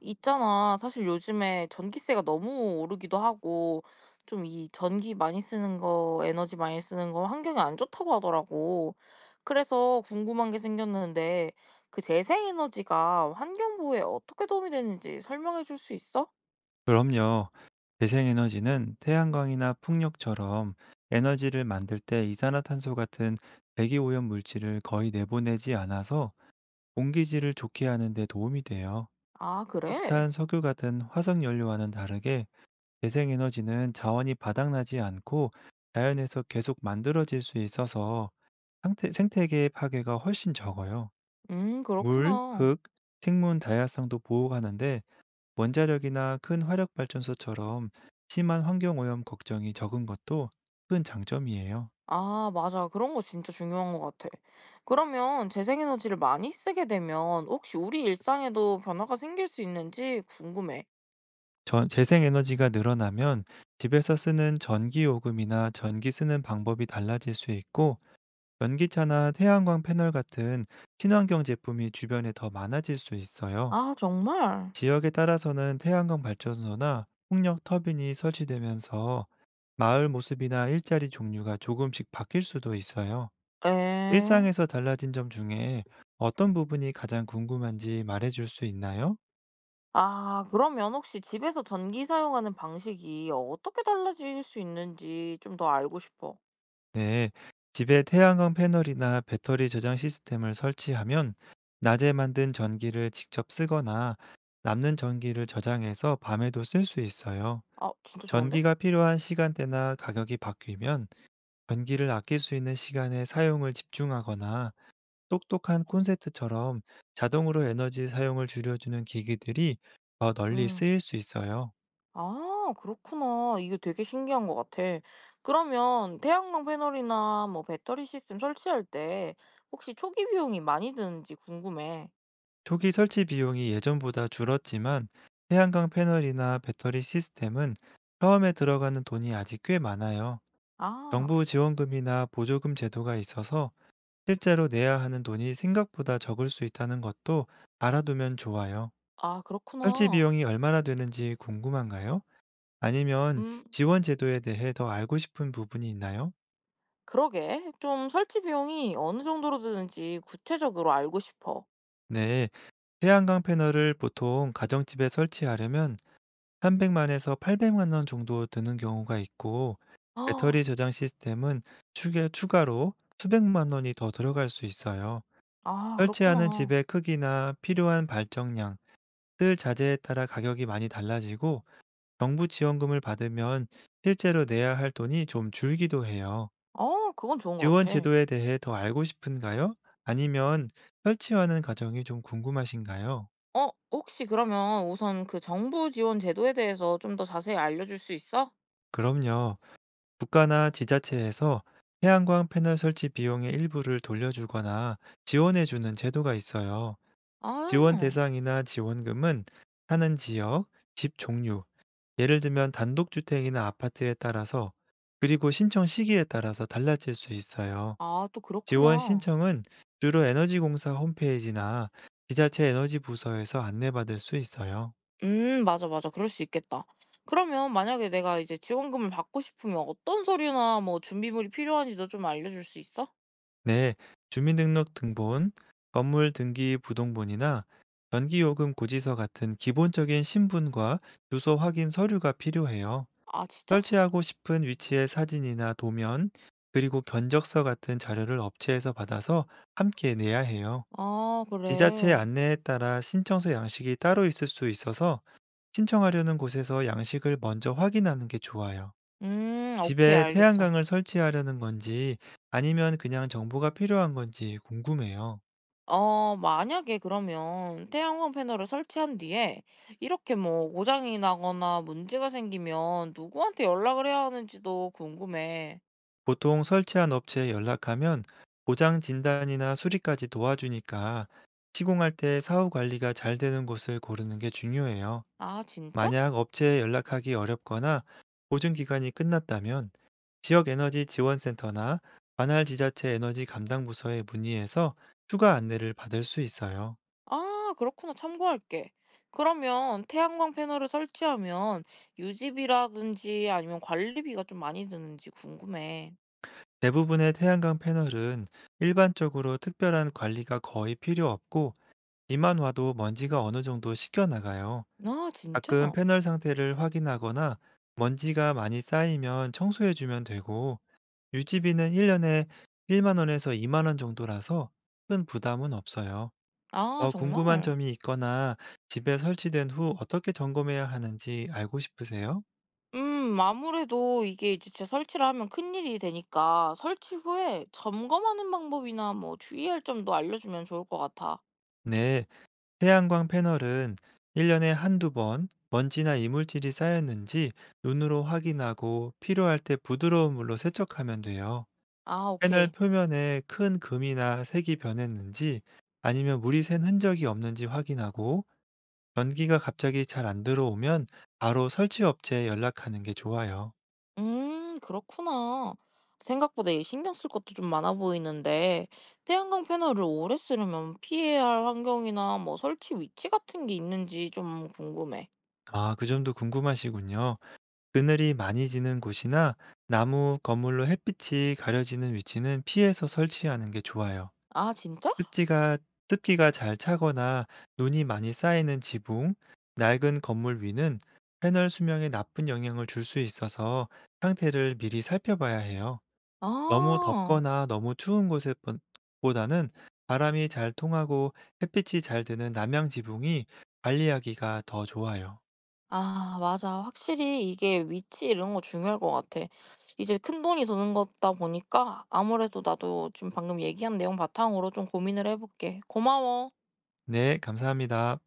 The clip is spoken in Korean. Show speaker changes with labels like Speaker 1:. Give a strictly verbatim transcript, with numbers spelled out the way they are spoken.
Speaker 1: 있잖아. 사실 요즘에 전기세가 너무 오르기도 하고, 좀 이 전기 많이 쓰는 거, 에너지 많이 쓰는 거 환경에 안 좋다고 하더라고. 그래서 궁금한 게 생겼는데, 그 재생에너지가 환경 보호에 어떻게 도움이 되는지 설명해 줄 수 있어?
Speaker 2: 그럼요. 재생에너지는 태양광이나 풍력처럼 에너지를 만들 때 이산화탄소 같은 대기오염 물질을 거의 내보내지 않아서 공기질을 좋게 하는 데 도움이 돼요.
Speaker 1: 아, 그래?
Speaker 2: 석탄, 석유 같은 화석연료와는 다르게 재생에너지는 자원이 바닥나지 않고 자연에서 계속 만들어질 수 있어서 상태- 생태계의 파괴가 훨씬 적어요.
Speaker 1: 음,
Speaker 2: 물,
Speaker 1: 그렇구나.
Speaker 2: 흙, 식물 다양성도 보호하는데 원자력이나 큰 화력 발전소처럼 심한 환경 오염 걱정이 적은 것도 큰 장점이에요.
Speaker 1: 아, 맞아. 그런 거 진짜 중요한 것 같아. 그러면 재생에너지를 많이 쓰게 되면 혹시 우리 일상에도 변화가 생길 수 있는지 궁금해.
Speaker 2: 전- 재생에너지가 늘어나면 집에서 쓰는 전기 요금이나 전기 쓰는 방법이 달라질 수 있고, 전기차나 태양광 패널 같은 친환경 제품이 주변에 더 많아질 수 있어요.
Speaker 1: 아, 정말?
Speaker 2: 지역에 따라서는 태양광 발전소나 풍력 터빈이 설치되면서 마을 모습이나 일자리 종류가 조금씩 바뀔 수도 있어요.
Speaker 1: 예.
Speaker 2: 일상에서 달라진 점 중에 어떤 부분이 가장 궁금한지 말해줄 수 있나요?
Speaker 1: 아 그러면 혹시 집에서 전기 사용하는 방식이 어, 어떻게 달라질 수 있는지 좀 더 알고 싶어.
Speaker 2: 네. 집에 태양광 패널이나 배터리 저장 시스템을 설치하면 낮에 만든 전기를 직접 쓰거나 남는 전기를 저장해서 밤에도 쓸 수 있어요.
Speaker 1: 아 진짜 좋은데?
Speaker 2: 전기가 필요한 시간대나 가격이 바뀌면 전기를 아낄 수 있는 시간에 사용을 집중하거나, 똑똑한 콘센트처럼 자동으로 에너지 사용을 줄여주는 기기들이 더 널리
Speaker 1: 음.
Speaker 2: 쓰일 수 있어요.
Speaker 1: 아 그렇구나. 이게 되게 신기한 것 같아. 그러면 태양광 패널이나 뭐 배터리 시스템 설치할 때 혹시 초기 비용이 많이 드는지 궁금해.
Speaker 2: 초기 설치 비용이 예전보다 줄었지만, 태양광 패널이나 배터리 시스템은 처음에 들어가는 돈이 아직 꽤 많아요.
Speaker 1: 아.
Speaker 2: 정부 지원금이나 보조금 제도가 있어서 실제로 내야 하는 돈이 생각보다 적을 수 있다는 것도 알아두면 좋아요.
Speaker 1: 아
Speaker 2: 설치
Speaker 1: 그렇구나.
Speaker 2: 비용이 얼마나 되는지 궁금한가요? 아니면
Speaker 1: 음.
Speaker 2: 지원 제도에 대해 더 알고 싶은 부분이 있나요?
Speaker 1: 그러게. 좀 설치 비용이 어느 정도로 드는지 구체적으로 알고 싶어.
Speaker 2: 네, 태양광 패널을 보통 가정집에 설치하려면 삼백만 에서 팔백만 원 정도 드는 경우가 있고,
Speaker 1: 아
Speaker 2: 배터리 저장 시스템은 추 추가로 수백만 원이 더 들어갈 수 있어요.
Speaker 1: 아,
Speaker 2: 설치하는
Speaker 1: 그렇구나.
Speaker 2: 집의 크기나 필요한 발전량, 쓸 자재에 따라 가격이 많이 달라지고, 정부 지원금을 받으면 실제로 내야 할 돈이 좀 줄기도 해요.
Speaker 1: 어 그건 좋은 것
Speaker 2: 지원
Speaker 1: 같아.
Speaker 2: 제도에 대해 더 알고 싶은가요? 아니면 설치하는 과정이 좀 궁금하신가요?
Speaker 1: 어 혹시 그러면 우선 그 정부 지원 제도에 대해서 좀 더 자세히 알려줄 수 있어?
Speaker 2: 그럼요. 국가나 지자체에서 태양광 패널 설치 비용의 일부를 돌려주거나 지원해주는 제도가 있어요. 지원
Speaker 1: 아.
Speaker 2: 대상이나 지원금은 사는 지역, 집 종류, 예를 들면 단독주택이나 아파트에 따라서, 그리고 신청 시기에 따라서 달라질 수 있어요.
Speaker 1: 아 또
Speaker 2: 지원
Speaker 1: 그렇구나.
Speaker 2: 신청은 주로 에너지공사 홈페이지나 지자체 에너지 부서에서 안내받을 수 있어요.
Speaker 1: 음 맞아, 맞아. 그럴 수 있겠다. 그러면 만약에 내가 이제 지원금을 받고 싶으면 어떤 서류나 뭐 준비물이 필요한지도 좀 알려줄 수 있어?
Speaker 2: 네, 주민등록등본, 건물 등기 부동본이나 전기요금 고지서 같은 기본적인 신분과 주소 확인 서류가 필요해요.
Speaker 1: 아 진짜?
Speaker 2: 설치하고 싶은 위치의 사진이나 도면, 그리고 견적서 같은 자료를 업체에서 받아서 함께 내야 해요.
Speaker 1: 아
Speaker 2: 지자체
Speaker 1: 그래.
Speaker 2: 안내에 따라 신청서 양식이 따로 있을 수 있어서, 신청하려는 곳에서 양식을 먼저 확인하는 게 좋아요.
Speaker 1: 음 오케이
Speaker 2: 집에
Speaker 1: 알겠어.
Speaker 2: 태양광을 설치하려는 건지 아니면 그냥 정보가 필요한 건지 궁금해요.
Speaker 1: 어, 만약에 그러면 태양광 패널을 설치한 뒤에 이렇게 뭐 고장이 나거나 문제가 생기면 누구한테 연락을 해야 하는지도 궁금해.
Speaker 2: 보통 설치한 업체에 연락하면 고장 진단이나 수리까지 도와주니까, 시공할 때 사후 관리가 잘 되는 곳을 고르는 게 중요해요.
Speaker 1: 아, 진짜?
Speaker 2: 만약 업체에 연락하기 어렵거나 보증 기간이 끝났다면, 지역 에너지 지원센터나 관할 지자체 에너지 감당 부서에 문의해서 추가 안내를 받을 수 있어요.
Speaker 1: 아, 그렇구나. 참고할게. 그러면 태양광 패널을 설치하면 유지비라든지 아니면 관리비가 좀 많이 드는지 궁금해.
Speaker 2: 대부분의 태양광 패널은 일반적으로 특별한 관리가 거의 필요 없고, 비만 와도 먼지가 어느 정도 씻겨 나가요.
Speaker 1: 아, 진짜?
Speaker 2: 가끔 패널 상태를 확인하거나 먼지가 많이 쌓이면 청소해 주면 되고, 유지비는 일 년에 일만 원에서 이만 원 정도라서 큰 부담은 없어요.
Speaker 1: 아,
Speaker 2: 더 궁금한
Speaker 1: 정말?
Speaker 2: 점이 있거나 집에 설치된 후 어떻게 점검해야 하는지 알고 싶으세요?
Speaker 1: 음 아무래도 이게 이제 제 설치를 하면 큰일이 되니까 설치 후에 점검하는 방법이나 뭐 주의할 점도 알려주면 좋을 것 같아.
Speaker 2: 네. 태양광 패널은 일 년에 한두 번 먼지나 이물질이 쌓였는지 눈으로 확인하고 필요할 때 부드러운 물로 세척하면 돼요.
Speaker 1: 아,
Speaker 2: 패널
Speaker 1: 오케이.
Speaker 2: 표면에 큰 금이나 색이 변했는지, 아니면 물이 샌 흔적이 없는지 확인하고, 전기가 갑자기 잘 안 들어오면 바로 설치 업체에 연락하는 게 좋아요.
Speaker 1: 음, 그렇구나. 생각보다 이 신경 쓸 것도 좀 많아 보이는데 태양광 패널을 오래 쓰려면 피해야 할 환경이나 뭐 설치 위치 같은 게 있는지 좀 궁금해.
Speaker 2: 아, 그 점도 궁금하시군요. 그늘이 많이 지는 곳이나 나무, 건물로 햇빛이 가려지는 위치는 피해서 설치하는 게 좋아요.
Speaker 1: 아, 진짜?
Speaker 2: 습지가 습기가 잘 차거나 눈이 많이 쌓이는 지붕, 낡은 건물 위는 패널 수명에 나쁜 영향을 줄 수 있어서 상태를 미리 살펴봐야 해요. 너무
Speaker 1: 아.
Speaker 2: 덥거나 너무 추운 곳 보다는 바람이 잘 통하고 햇빛이 잘 드는 남양 지붕이 관리하기가 더 좋아요.
Speaker 1: 아 맞아. 확실히 이게 위치 이런 거 중요할 것 같아. 이제 큰돈이 드는 거다 보니까 아무래도 나도 지금 방금 얘기한 내용 바탕으로 좀 고민을 해 볼게. 고마워.
Speaker 2: 네, 감사합니다.